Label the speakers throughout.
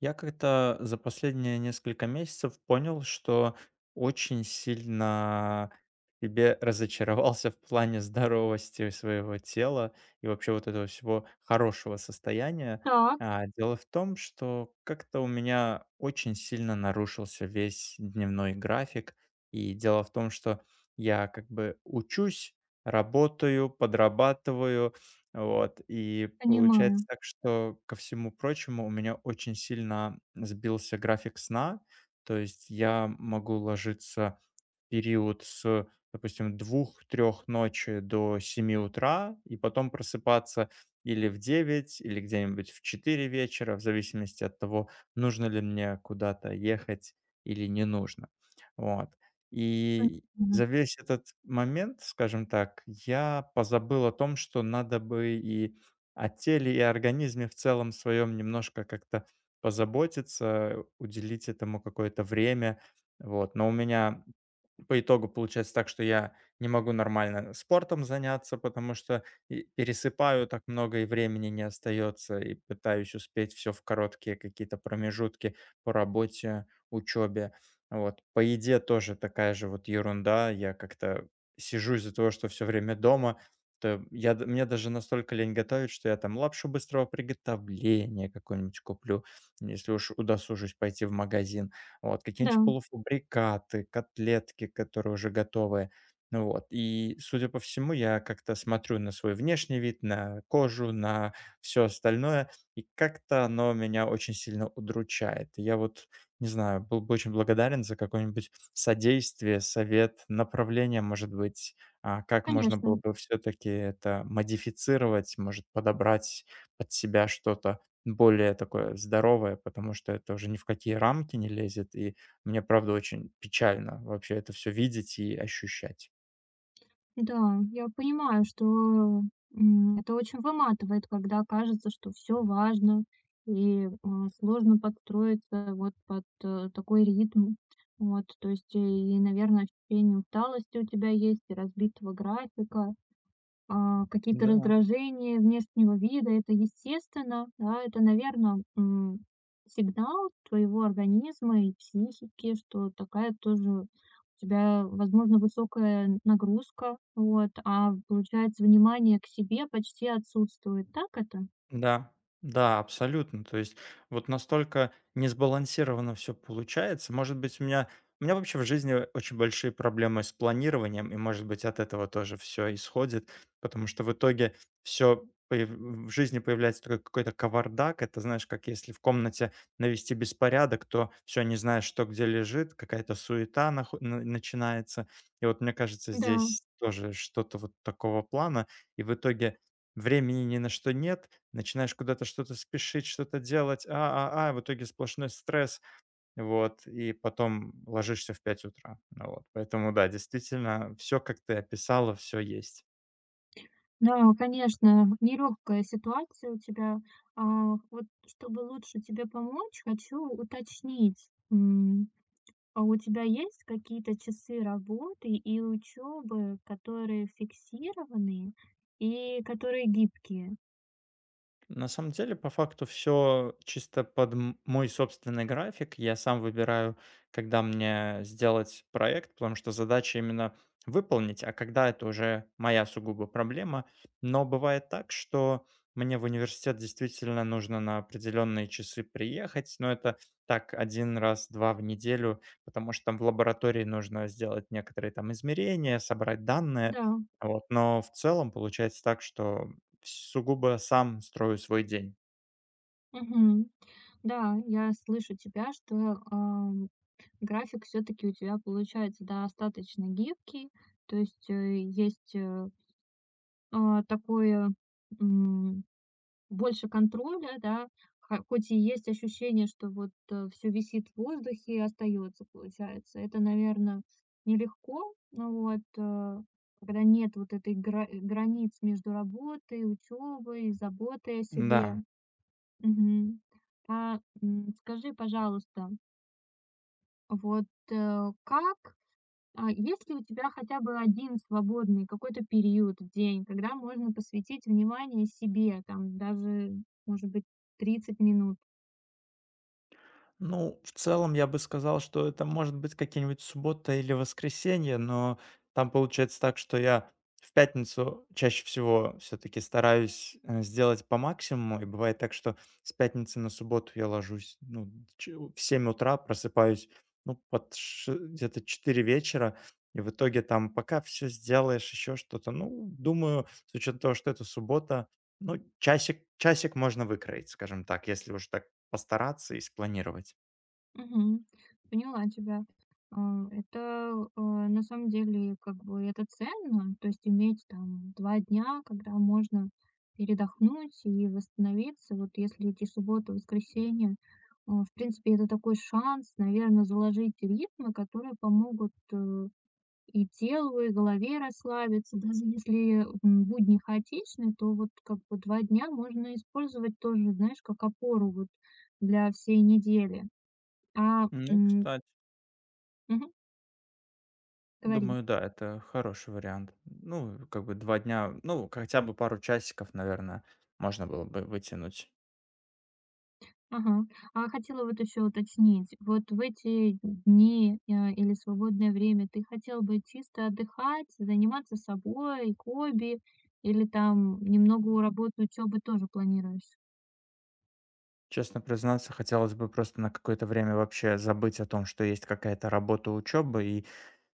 Speaker 1: Я как-то за последние несколько месяцев понял, что очень сильно в себе разочаровался в плане здоровости своего тела и вообще вот этого всего хорошего состояния.
Speaker 2: Так,
Speaker 1: А, дело в том, что как-то у меня очень сильно нарушился весь дневной график. И дело в том, что я как бы учусь, работаю, подрабатываю, вот, и получается
Speaker 2: понимаю,
Speaker 1: так, что, ко всему прочему, у меня очень сильно сбился график сна. То есть я могу ложиться период с, допустим, 2-3 ночи до 7 утра, и потом просыпаться или в 9 или где-нибудь в 4 вечера, в зависимости от того, нужно ли мне куда-то ехать или не нужно. Вот. И
Speaker 2: понимаю.
Speaker 1: за весь этот момент, скажем так, я позабыл о том, что надо бы и о теле, и организме в целом своем немножко как-то позаботиться, уделить этому какое-то время. Вот. Но у меня по итогу получается так, что я не могу нормально спортом заняться, потому что и пересыпаю так много, и времени не остается, и пытаюсь успеть все в короткие какие-то промежутки по работе, учебе. Вот. По еде тоже такая же вот ерунда. Я как-то сижу из-за того, что все время дома, то я, мне даже настолько лень готовить, что я там лапшу быстрого приготовления какую-нибудь куплю, если уж удосужусь пойти в магазин вот,
Speaker 2: Да,
Speaker 1: какие-нибудь полуфабрикаты, котлетки, которые уже готовы. Ну вот, и, судя по всему, я как-то смотрю на свой внешний вид, на кожу, на все остальное, и как-то оно меня очень сильно удручает. И я вот, не знаю, был бы очень благодарен за какое-нибудь содействие, совет, направление, может быть, как можно было
Speaker 2: конечно.
Speaker 1: бы все таки это модифицировать, может, подобрать под себя что-то. Более такое здоровое, потому что это уже ни в какие рамки не лезет, и мне, правда, очень печально вообще это все видеть и ощущать.
Speaker 2: Да, я понимаю, что, это очень выматывает, когда кажется, что все важно и, сложно подстроиться вот под, такой ритм. Вот, то есть, и, наверное, ощущение усталости у тебя есть и разбитого графика. А какие-то
Speaker 1: Да.
Speaker 2: раздражения внешнего вида, это естественно, да, это, наверное, сигнал твоего организма и психики, что такая тоже у тебя, возможно, высокая нагрузка, вот, а получается, внимание к себе почти отсутствует. Так это?
Speaker 1: Да, да, абсолютно. То есть вот настолько несбалансированно все получается. Может быть, у меня вообще в жизни очень большие проблемы с планированием, и, может быть, от этого тоже все исходит, потому что в итоге все в жизни появляется такой какой-то кавардак. Это, знаешь, как если в комнате навести беспорядок, то все не знаешь, что где лежит, какая-то суета нахо на начинается. И вот мне кажется,
Speaker 2: Да,
Speaker 1: здесь тоже что-то вот такого плана, и в итоге времени ни на что нет. Начинаешь куда-то что-то спешить, что-то делать, в итоге сплошной стресс, вот, и потом ложишься в 5 утра. Ну вот, поэтому да, действительно, все, как ты описала, все есть.
Speaker 2: да, конечно, нелегкая ситуация у тебя. Вот чтобы лучше тебе помочь, хочу уточнить. А у тебя есть какие-то часы работы и учебы, которые фиксированные и которые гибкие?
Speaker 1: На самом деле, по факту, все чисто под мой собственный график. Я сам выбираю, когда мне сделать проект, потому что задача именно выполнить, а когда- это уже моя сугубо проблема. Но бывает так, что мне в университет действительно нужно на определенные часы приехать, но это так один раз, 2 в неделю, потому что там в лаборатории нужно сделать некоторые там измерения, собрать данные.
Speaker 2: Да,
Speaker 1: Вот, но в целом получается так, что сугубо сам строю свой день.
Speaker 2: мгм. Да, я слышу тебя, что, график все таки у тебя получается достаточно гибкий. То есть, есть, такое, больше контроля, да, ха хоть и есть ощущение, что вот, все висит в воздухе и остается, получается. Это, наверное, нелегко, ну вот, когда нет вот этой границ между работой, учебой, заботой о себе.
Speaker 1: Да.
Speaker 2: Мгм. Скажи, пожалуйста, вот, как есть ли у тебя хотя бы один свободный какой-то период в день, когда можно посвятить внимание себе, там даже, может быть, 30 минут?
Speaker 1: Ну, в целом я бы сказал, что это может быть какие-нибудь суббота или воскресенье, но там получается так, что я в пятницу чаще всего все-таки стараюсь сделать по максимуму, и бывает так, что с пятницы на субботу я ложусь ну, в 7 утра, просыпаюсь ну, где-то 4 вечера, и в итоге там пока все сделаешь, еще что-то, ну, думаю, с учетом того, что это суббота, ну, часик можно выкроить, скажем так, если уж так постараться и спланировать.
Speaker 2: Мгм. Поняла тебя. Это на самом деле как бы это ценно, то есть иметь там 2 дня, когда можно передохнуть и восстановиться. Вот если эти суббота, воскресенье, в принципе, это такой шанс, наверное, заложить ритмы, которые помогут и телу, и голове расслабиться. Даже если, будни хаотичны, то вот как бы 2 дня можно использовать тоже, знаешь, как опору вот для всей недели. А,
Speaker 1: Ну,
Speaker 2: м,
Speaker 1: кстати,
Speaker 2: мгм, говори.
Speaker 1: думаю, да, это хороший вариант. Ну, как бы 2 дня, ну, хотя бы пару часиков, наверное, можно было бы вытянуть.
Speaker 2: Ага. А хотела вот еще уточнить. Вот в эти дни, или свободное время ты хотел бы чисто отдыхать, заниматься собой, хобби или там немного у работы, учебы тоже планируешь?
Speaker 1: Честно признаться, хотелось бы просто на какое-то время вообще забыть о том, что есть какая-то работа, учеба и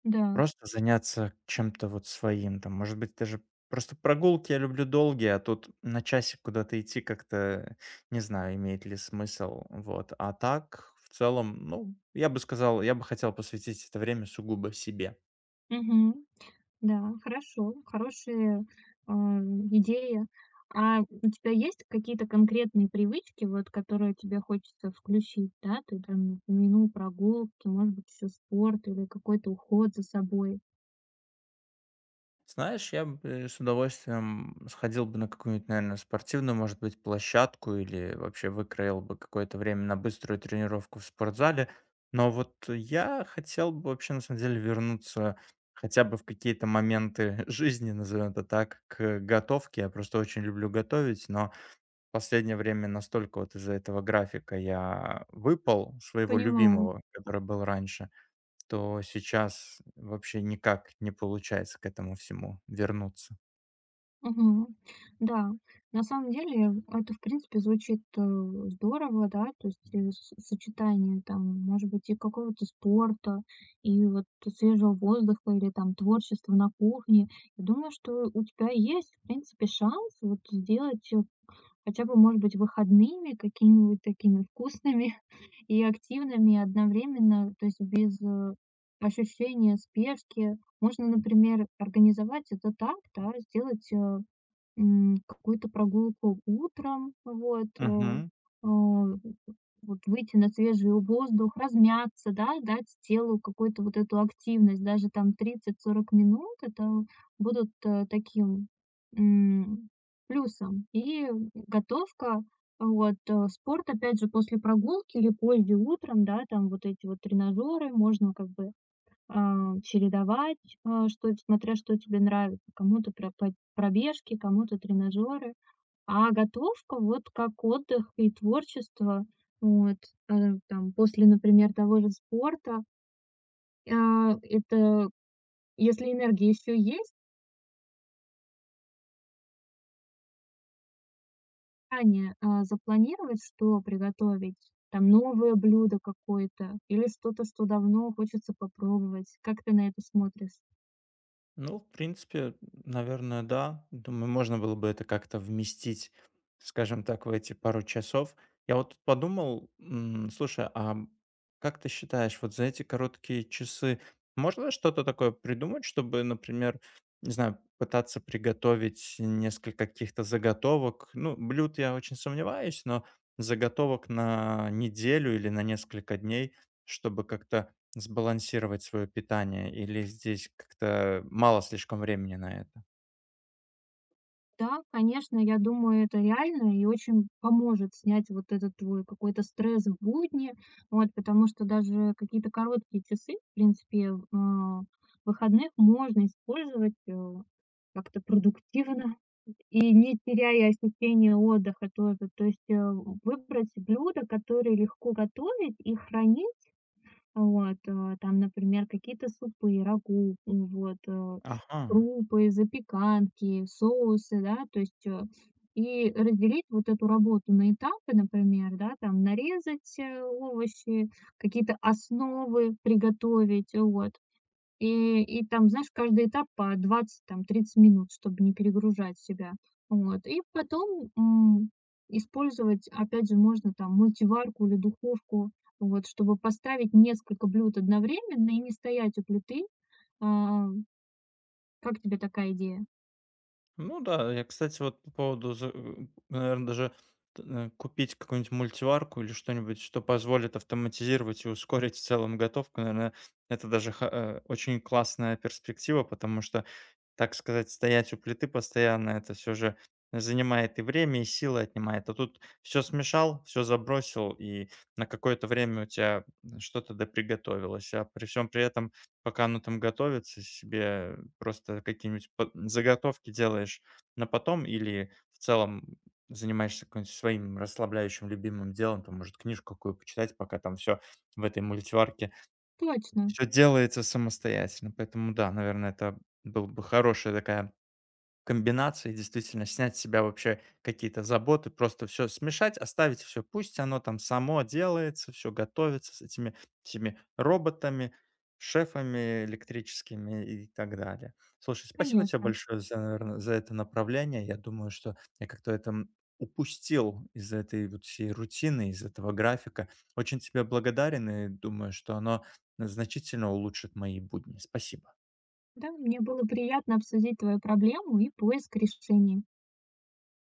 Speaker 2: Да.
Speaker 1: просто заняться чем-то вот своим, там, может быть, даже просто прогулки я люблю долгие, а тут на часик куда-то идти как-то, не знаю, имеет ли смысл, вот. А так, в целом, ну, я бы сказал, я бы хотел посвятить это время сугубо себе.
Speaker 2: Мгм. Да, хорошо, хорошие, идеи. А у тебя есть какие-то конкретные привычки, вот, которые тебе хочется включить, да? Ты там упомянул прогулки, может быть, еще спорт или какой-то уход за собой.
Speaker 1: Знаешь, я бы с удовольствием сходил бы на какую-нибудь, наверное, спортивную, может быть, площадку или вообще выкроил бы какое-то время на быструю тренировку в спортзале. Но вот я хотел бы вообще, на самом деле, вернуться хотя бы в какие-то моменты жизни, назовем это так, к готовке. Я просто очень люблю готовить, но последнее время настолько вот из-за этого графика я выпал, своего
Speaker 2: Понимаю.
Speaker 1: любимого, который был раньше, то сейчас вообще никак не получается к этому всему вернуться.
Speaker 2: Мгм. Да, на самом деле это, в принципе, звучит, здорово, да, то есть, э, с сочетание там, может быть, и какого-то спорта, и вот свежего воздуха, или там творчества на кухне. Я думаю, что у тебя есть, в принципе, шанс вот сделать, хотя бы, может быть, выходными какими-нибудь такими вкусными и активными одновременно, то есть без, ощущения спешки. Можно, например, организовать это так, да, сделать, какую-то прогулку утром, вот, вот выйти на свежий воздух, размяться, да, дать телу какую-то вот эту активность, даже там 30–40 минут, это будут таким м, плюсом. И готовка, вот, спорт, опять же, после прогулки или позже утром, да, там вот эти вот тренажеры, можно как бы чередовать, а, что смотря что тебе нравится. Кому-то пробежки, кому-то тренажеры. А готовка вот как отдых и творчество. Вот, там после, например, того же спорта, это если энергия еще есть, заранее, запланировать, что приготовить, там новое блюдо какое-то или что-то, что давно хочется попробовать. Как ты на это смотришь?
Speaker 1: Ну, в принципе, наверное, да. Думаю, можно было бы это как-то вместить, скажем так, в эти пару часов. Я вот тут подумал, слушай, а как ты считаешь, вот за эти короткие часы можно что-то такое придумать, чтобы, например, не знаю, пытаться приготовить несколько каких-то заготовок? Ну, блюд я очень сомневаюсь, но заготовок на неделю или на несколько дней, чтобы как-то сбалансировать свое питание или здесь как-то мало слишком времени на это?
Speaker 2: Да, конечно, я думаю, это реально и очень поможет снять вот этот твой какой-то стресс в будни. Вот, потому что даже какие-то короткие часы, в принципе, выходных можно использовать как-то продуктивно и не теряя ощущения отдыха тоже. То есть выбрать блюда, которые легко готовить и хранить, вот, там, например, какие-то супы, рагу, вот,
Speaker 1: Ага.
Speaker 2: крупы, запеканки, соусы, да, то есть, и разделить вот эту работу на этапы, например, да, там нарезать овощи, какие-то основы приготовить, вот. И там, знаешь, каждый этап по 20 там, 30 минут, чтобы не перегружать себя. Вот. И потом, использовать, опять же, можно там мультиварку или духовку, вот, чтобы поставить несколько блюд одновременно и не стоять у плиты. А, как тебе такая идея?
Speaker 1: Ну да, я, кстати, вот по поводу, наверное, даже купить какую-нибудь мультиварку или что-нибудь, что позволит автоматизировать и ускорить в целом готовку, наверное, это даже очень классная перспектива, потому что, так сказать, стоять у плиты постоянно, это все же занимает и время, и силы отнимает. А тут все смешал, все забросил, и на какое-то время у тебя что-то доприготовилось. А при всем при этом пока оно там готовится, себе просто какие-нибудь под заготовки делаешь на потом или в целом занимаешься каким-нибудь своим расслабляющим любимым делом, там, может, книжку какую почитать, пока там все в этой мультиварке
Speaker 2: Точно,
Speaker 1: все делается самостоятельно. Поэтому да, наверное, это был бы хорошая такая комбинации, действительно, снять с себя вообще какие-то заботы, просто все смешать, оставить все пусть оно там само делается, все готовится с этими всеми роботами, шефами электрическими и так далее. Слушай, спасибо тебе
Speaker 2: конечно.
Speaker 1: большое за, наверно, за это направление. Я думаю, что я как-то это, упустил из этой вот всей рутины, из этого графика. Очень тебе благодарен и думаю, что оно значительно улучшит мои будни. Спасибо.
Speaker 2: Да, мне было приятно обсудить твою проблему и поиск решений.